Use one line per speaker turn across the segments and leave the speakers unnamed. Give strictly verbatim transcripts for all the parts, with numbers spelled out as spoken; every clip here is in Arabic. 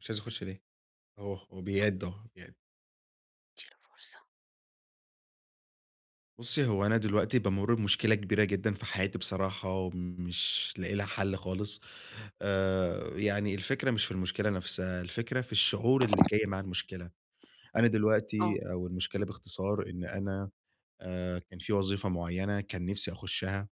مش عايز أخُش ليه؟ هو هو بيعِد أهو، بيعِد.
ادّي له فرصة.
بُصّي، هو أنا دلوقتي بامُر بمشكلة كبيرة جدًا في حياتي بصراحة ومش لاقي لها حَل خالص. آآ يعني الفكرة مش في المشكلة نَفْسها، الفكرة في الشعور اللي جاي مع المشكلة. أنا
آه،
دلوقتي أو المشكلة باختصار إن أنا آآ كان في وظيفة معيّنة كان نِفْسي أخُشّها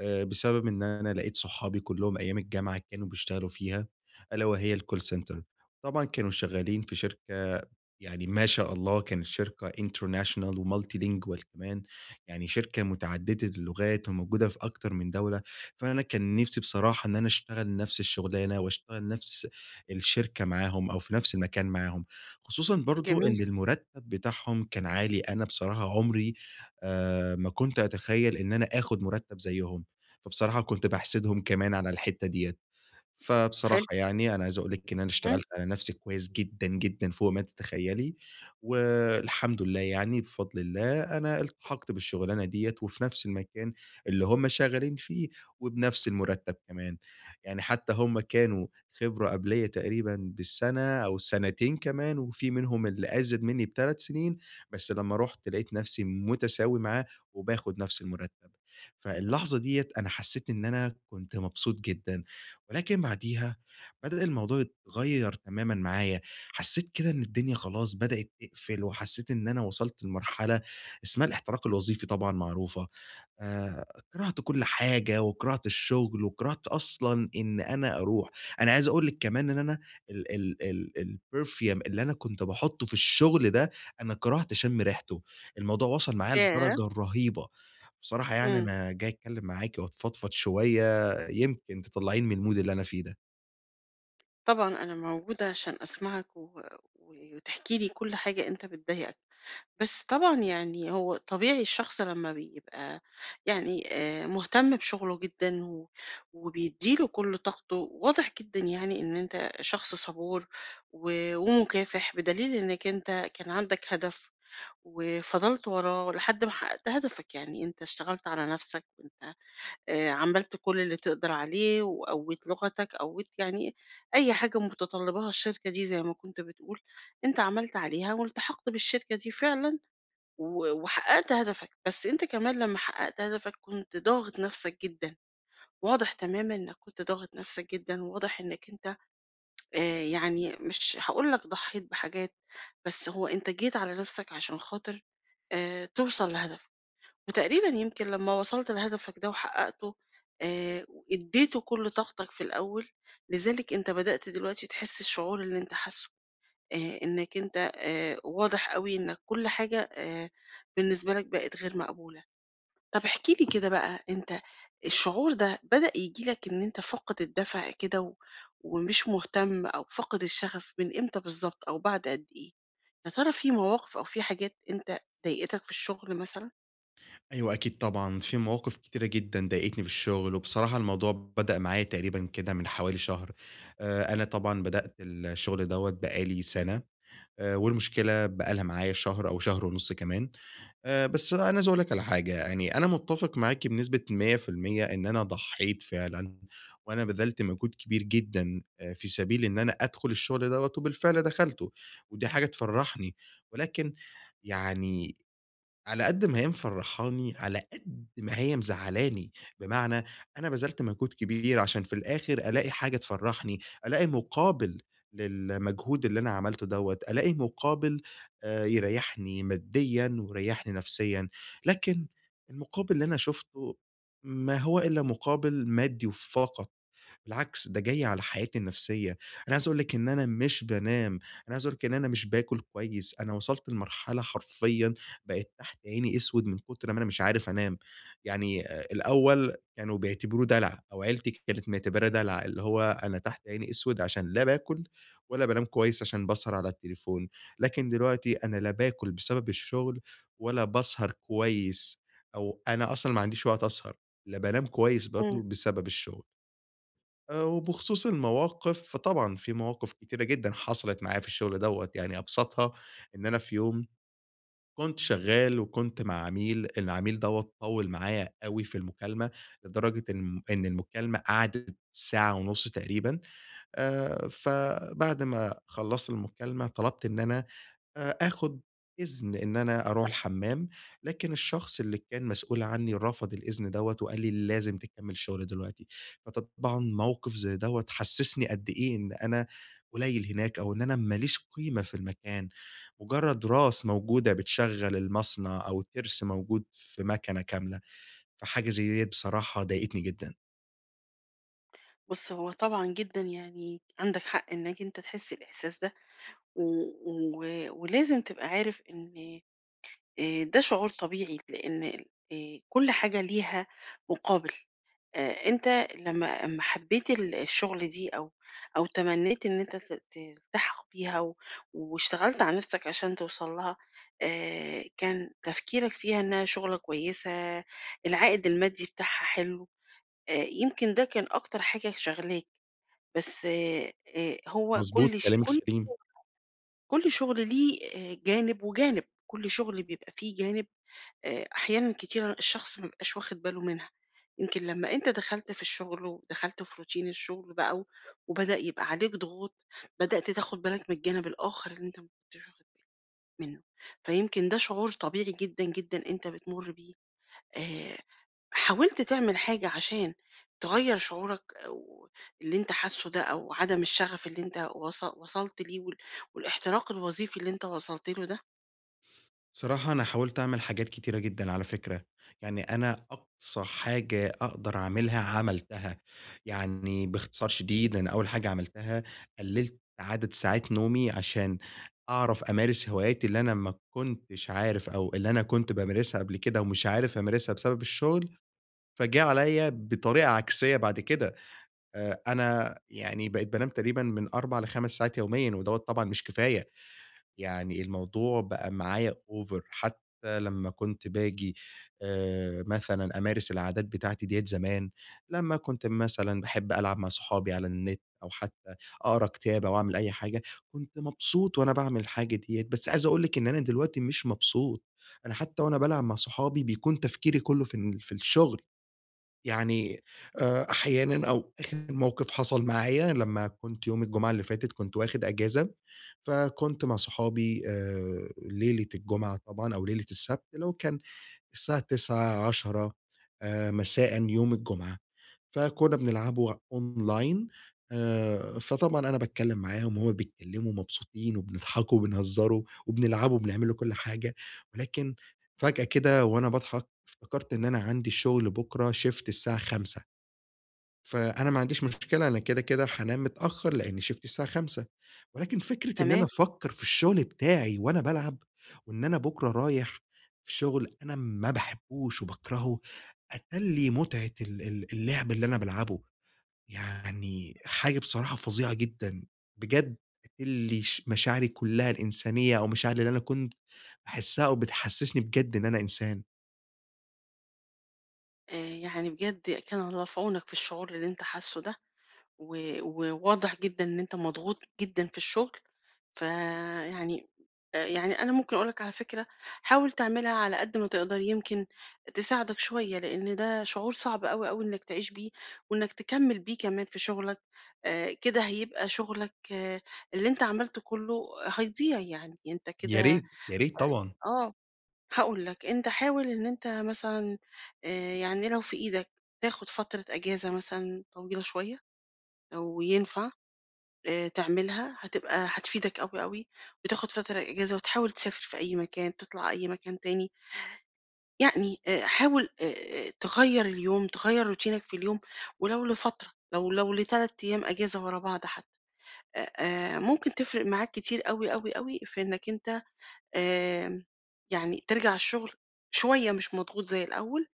آآ بسبب إن أنا لقيت صحابي كلّهم أيام الجامعة كانوا بيشتغلوا فيها، ألا وهي الcall center. طبعًا كانوا شغّالين في شركة يعني ما شاء الله كانت شركة international وmultilingual كمان، يعني شركة متعددة اللغات وموجودة في أكتر من دولة، فأنا كان نِفْسي بصراحة إن أنا أشتغل نَفْس الشُغلانة وأشتغل نَفْس الشركة معاهم أو في نَفْس المكان معاهم، خصوصًا برضه
جميل،
إن المُرتّب بتاعهم كان عالي، أنا بصراحة عمري آآ ما كنت أتخيّل إن أنا آخُد مُرتّب زيّهم. فبصراحة كنت باحسدهم كمان على الحتّة ديّة. فبصراحة
حلو،
يعني أنا عايز أقول لِك إن أنا
إمم،
اشتغلت على نفسي كويس جدًا، جدًا فوق ما تتخيّلي، والحمد لله يعني بفضل الله أنا التحقت بالشغلانة ديّة، وفي نفس المكان اللي هُم شغالين فيه، وبنفس المرتب كمان، يعني حتى هُم كانوا خبرة قبليّا تقريبًا بالسنة أو سنتين كمان، وفي منهم اللي أزيد منّي بتلات سنين، بس لمّا رُحت لقيت نفسي متساوي معاه، وباخد نفس المرتب، فاللحظة ديّة أنا حسّيت إن أنا كنت مبسوط جدًا. ولكن بعديها بدأ الموضوع يتغيّر تمامًا معايا، حسّيت كده إن الدنيا خلاص بدأت تقفل، وحسّيت إن أنا وصلت لمرحلة اسمها الاحتراق الوظيفي طبعًا معروفة، آآ كرهت كل حاجة، وكرهت الشغل، وكرهت أصلًا إن أنا أروح، أنا عايز أقول لِك كمان إن أنا ال ال ال الperfume اللي أنا كنت باحطّه في الشغل ده، أنا كرهت أشم ريحته، الموضوع وصل معايا
ياه!
لدرجة رهيبة، بصراحة يعني
إمم،
أنا جاي أتكلّم معاكِ وأتفضفض شوية يمكن تطلّعيني من الmood اللي أنا فيه ده؟
طبعًا أنا موجودة عشان أسمعك و و- وتحكي لي كل حاجة أنت بتضايقك، بس طبعًا يعني هو طبيعي الشخص لمّا بيبقى يعني آآ، مهتم بشغله جدًا و وبيدّي له كل طاقته، واضح جدًا يعني إن أنت شخص صبور و ومكافح، بدليل إنك أنت كان عندك هدف وفضلت وراه لحد ما حققت هدفك، يعني أنت اشتغلت على نَفْسك وأنت آآ عملت كل اللي تقدر عليه، وقوّيت لغتك، قوّيت يعني أي حاجة متطلباها الشركة دي زي ما كنت بتقول، أنت عملت عليها والتحقت بالشركة دي فعلًا و وحققت هدفك، بس أنت كمان لمّا حققت هدفك كنت ضاغط نفسك جدًا، واضح تمامًا إنك كنت ضاغط نفسك جدًا، وواضح إنك أنت آآ يعني مش هاقول لك ضحيت بحاجات، بس هو أنت جيت على نفسك عشان خاطر آآ توصل لهدفك. وتقريبًا يمكن لمّا وصلت لهدفك ده وحققته، آآ ادّيته كل طاقتك في الأول، لذلك أنت بدأت دلوقتي تحس الشعور اللي أنت حاسه، آآ إنك أنت آآ واضح أوي إنك كل حاجة آآ بالنسبة لك بقت غير مقبولة. طب احكِ لي كده بقى، أنت الشعور ده بدأ ييجي لك إن أنت فاقد الدَّفع كده و ومش مهتم أو فاقد الشغف من إمتى بالضبط أو بعد قد إيه؟ يا ترى في مواقف أو في حاجات أنت ضايقتك في الشغل مثلًا؟
أيوه أكيد طبعًا، في مواقف كتيرة جدًا ضايقتني في الشغل، وبصراحة الموضوع بدأ معايا تقريبًا كده من حوالي شهر، آآ، أنا طبعًا بدأت الشغل دوّة بقى لي سنة، آآ، والمشكلة بقى لها معايا شهر أو شهر ونُص كمان، آآ، بس أنا عايز أقول لِك على حاجة، يعني أنا متّفق معاكِ بنسبة مئة في المية إن أنا ضحّيت فعلًا، وأنا بذلت مجهود كبير جدًا، آآ، في سبيل إن أنا أدخل الشغل دوّة، وبالفعل دخلته، ودي حاجة تفرّحني، ولكن يعني على قد ما هي مفرّحاني، على قد ما هي مزعّلاني، بمعنى أنا بذلت مجهود كبير عشان في الآخر ألاقي حاجة تفرّحني، ألاقي مقابل للمجهود اللي أنا عملته دوّة، ألاقي مقابل آآ يريّحني ماديًا ويريّحني نفسيًا، لكن المقابل اللي أنا شُفته ما هو إلا مقابل مادي فقط. بالعكس ده جاي على حياتي النفسية، أنا عايز أقول لِك إن أنا مش بانام، أنا عايز أقول لِك إن أنا مش باكل كويس، أنا وصلت لمرحلة حرفيًا بقت تحت عيني أسود من كتر ما أنا مش عارف أنام، يعني آآ الأول كانوا بيعتبروه دلع أو عيلتي كانت معتبراه دلع، اللي هو أنا تحت عيني أسود عشان لا باكل ولا بانام كويس عشان باسهر على التليفون، لكن دلوقتي أنا لا باكل بسبب الشغل ولا باسهر كويس أو أنا أصلًا ما عنديش وقت أسهر، لا بانام كويس
إمم.
برضه بسبب الشغل. آآ وبخصوص المواقف، فطبعًا في مواقف كتيرة جدًا حصلت معايا في الشغل دوّة، يعني أبسطها إن أنا في يوم كنت شغّال وكنت مع عميل، العميل دوّة طوّل معايا أوي في المكالمة، لدرجة إن إن المكالمة قعدت ساعة ونُص تقريبًا، آآ فبعد ما خلّصت المكالمة طلبت إن أنا آآ آخُد إذن إن أنا أروح الحمّام، لكن الشخص اللي كان مسؤول عنّي رفض الإذن دوّة وقال لي: "لازم تكمّل الشغل دلوقتي." فطبعًا موقِف زي دوّة حسّسني قد إيه إن أنا قليّل هناك أو إن أنا ما ليش قيمة في المكان، مُجرّد راس موجودة بتشغّل المصنع أو تِرس موجود في مَكَنة كاملة، فحاجة زي ديّة بصراحة ضايقتني جدًا.
بُص، هو طبعًا جدًا يعني عندك حق إنّك أنت تحس الإحساس ده، و و ولازم تبقى عارف إن آآ ده شعور طبيعي، لإن ال آآ كل حاجة ليها مقابل. آآ أنت لمّا أمّا حبّيت ال الشغل دي أو أو تمنّيت إن أنت ت تلتحق بيها و واشتغلت على نَفْسك عشان توصل لها، آآ كان تفكيرك فيها إنّها شُغلة كويسة، العائد المادي بتاعها حلو، آآ يمكن ده كان أكتر حاجة شاغلاك. بس آآ هو
مضبوط،
كل ش
كلامِك
كل
سليم.
كل شغل ليه آآ جانب وجانب، كل شغل بيبقى فيه جانب آآ أحيانًا كتيرة الشخص ما بيبقاش واخد باله منها، يمكن لمّا أنت دخلت في الشغل ودخلت في روتين الشغل بقى و وبدأ يبقى عليك ضغوط، بدأت تاخد بالك من الجانب الآخر اللي أنت ما كنتش واخد بالك منه، فيمكن ده شعور طبيعي جدًا، جدًا أنت بتمُر بيه. آآ حاولت تعمل حاجة عشان تغيّر شعورك أو اللي أنت حاسّه ده أو عدم الشغف اللي أنت وص وصلت ليه وال والاحتراق الوظيفي اللي أنت وصلت له ده؟
صراحة أنا حاولت أعمل حاجات كتيرة جدًا على فكرة، يعني أنا أقصى حاجة أقدر أعملها عملتها، يعني باختصار شديد أنا أول حاجة عملتها قللت عدد ساعات نومي عشان أعرف أمارس هواياتي اللي أنا ما كنتش عارف أو اللي أنا كنت بامارسها قبل كده ومش عارف أمارسها بسبب الشغل، فجه عليَّ بطريقة عكسية بعد كده، آآ أنا يعني بقيت بانام تقريبًا من أربعة ل5 ساعات يوميًا، ودوّة طبعًا مش كفاية. يعني الموضوع بقى معايا over حتى لمّا كنت باجي آآ مثلًا أمارس العادات بتاعتي ديّة زمان، لمّا كنت مثلًا باحب ألعب مع صحابي على النت أو حتى أقرا كتاب أو أعمل أي حاجة، كنت مبسوط وأنا باعمل الحاجة ديّة، بس عايز أقول لِك إن أنا دلوقتي مش مبسوط، أنا حتى وأنا بالعب مع صحابي بيكون تفكيري كلّه في ال في الشغل. يعني آآ أحيانًا أو آخر موقف حصل معايا لمّا كنت يوم الجمعة اللي فاتت كنت واخد أجازة، فكنت مع صحابي آآ ليلة الجمعة طبعًا أو ليلة السبت، اللي هو كان الساعة تسعة، عشرة آآ مساءً يوم الجمعة، فكُنّا بنلعبه أونلاين آآ، فطبعًا أنا باتكلّم معاهم وهُم بيتكلّموا مبسوطين وبنضحكوا وبنهزّروا وبنلعبوا وبنعملوا كل حاجة، ولكن فجأة كده وأنا باضحك افتكرت إن أنا عندي الشغل بُكرة shift الساعة خمسة. فأنا ما عنديش مشكلة، أنا كده، كده هانام متأخّر لإن شيفتي الساعة خمسة ولكن فكرة إن أنا
تمام،
أفكّر في الشغل بتاعي وأنا بالعب، وإن أنا بُكرة رايح في شغل أنا ما باحبّوش وباكرهه، أَتَلّي متعة ال ال اللعب اللي أنا بالعبه، يعني حاجة بصراحة فظيعة جدًا، بجد قتل ش مشاعري كلّها الإنسانية أو مشاعري اللي أنا كنت باحسّها أو بتحسّسني بجد إن أنا إنسان.
آآ يعني بجد كان الله في عونك في الشعور اللي أنت حاسّه ده. و وواضح جدًا إن أنت مضغوط جدًا في الشغل، فيعني آآ يعني أنا ممكن أقول لك على فكرة حاول تعملها على قد ما تقدر يمكن تساعدك شوية، لإن ده شعور صعب أوي، أوي إنك تعيش بيه وإنك تكمّل بيه كمان في شغلك، آآ كده هيبقى شغلك آه، اللي أنت عملته كله هيضيع يعني، أنت
يا
كده
ريت، يا ريت طبعًا،
آه، هاقول لك، أنت حاول إن أنت مثلًا آآ يعني لو في إيدك تاخد فترة أجازة مثلًا طويلة شوية لو ينفع. آآ تعملها هتبقى هتفيدك أوي، أوي، وتاخد فترة إجازة وتحاول تسافر في أي مكان، تطلع أي مكان تاني، يعني آآ حاول آآ تغيّر اليوم، تغيّر روتينك في اليوم ولو لفترة، لو لو ل3 أيام إجازة ورا بعض حتى، آآ ممكن تفرق معاك كتير أوي، أوي، أوي في إنك أنت آمم يعني ترجع الشغل شوية مش مضغوط زي الأول،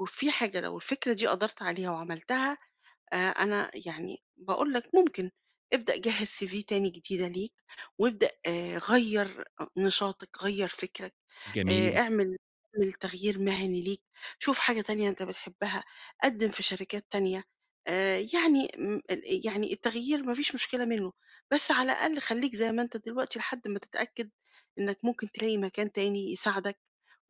وفي حاجة لو الفكرة دي قدرت عليها وعملتها. آآ أنا يعني باقول لك ممكن ابدأ جهّز سي في تاني جديدة ليك، وابدأ آآ غيّر أ نشاطك، غيّر فكرك. آآ
جميل،
اعمل اعمل تغيير مهني ليك، شوف حاجة تانية أنت بتحبها، قدّم في شركات تانية، آآ يعني م ال يعني التغيير ما فيش مشكلة منه، بس على الأقل خلّيك زي ما أنت دلوقتي لحد ما تتأكد إنك ممكن تلاقي مكان تاني يساعدك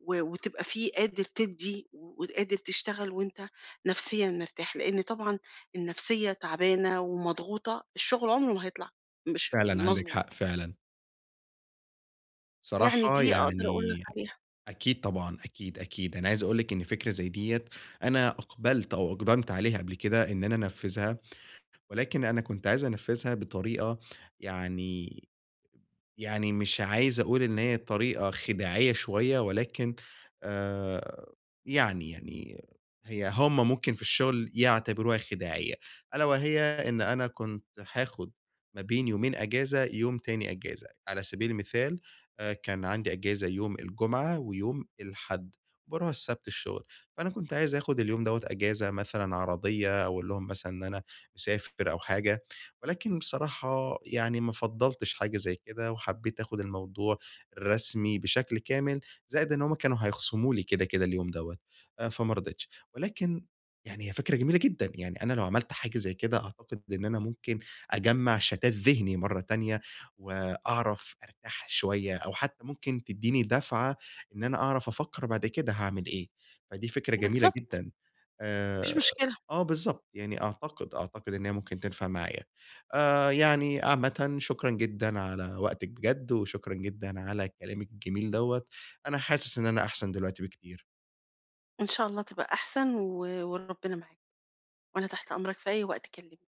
و وتبقى فيه قادر تدّي وقادر تشتغل وأنت نفسيًا مرتاح، لإن طبعًا النفسية تعبانة ومضغوطة، الشغل عمره ما هيطلع مش
فعلًا عندِك
مضبوط،
حق فعلًا.
يعني
صراحة
دي أقدر أقول لك
يعني
عليها.
أكيد طبعًا، أكيد، أكيد. أنا عايز أقول لِك إن فكرة زي ديّة أنا أقبلت أو أقدمت عليها قبل كده إن أنا أنفّذها، ولكن أنا كنت عايز أنفّذها بطريقة يعني يعني مش عايز أقول إن هي طريقة خداعية شوية، ولكن آآ يعني يعني هي هُم ممكن في الشغل يعتبروها خداعية، ألا وهي إن أنا كنت هاخد ما بين يومين أجازة، يوم تاني أجازة، على سبيل المثال آآ كان عندي أجازة يوم الجمعة ويوم الحد، باروح السبت الشغل، فأنا كنت عايز آخد اليوم دوّة أجازة مثلًا عرضية، أقول لهم مثلًا إن أنا مسافر أو حاجة. ولكن بصراحة يعني ما فضّلتش حاجة زي كده، وحبّيت آخُد الموضوع رسمي بشكل كامل، زائد إن هُم كانوا هيخصموا لي كده، كده اليوم دوّة، آآ فما رضيتش. ولكن يعني هي فكرة جميلة جدًا، يعني أنا لو عملت حاجة زي كده أعتقد إن أنا ممكن أجمّع شتات ذهني مرّة تانية وأعرف أرتاح شوية أو حتّى ممكن تدّيني دَفعة إن أنا أعرف أفكّر بعد كده هاعمل إيه، فدي فكرة جميلة
بالضبط،
جدًا.
ما
آآ
فيش مشكلة.
آه بالضبط، يعني أعتقد، أعتقد إن هي ممكن تنفع معايا. آآ يعني عامةً شكرًا جدًا على وقتِك بجد، وشكرًا جدًا على كلامِك الجميل دوّة، أنا حاسس إن أنا أحسن دلوقتي بكتير.
إن شاء الله تبقى أحسن و وربنا معاك، وأنا تحت أمرك في أي وقت كلمني.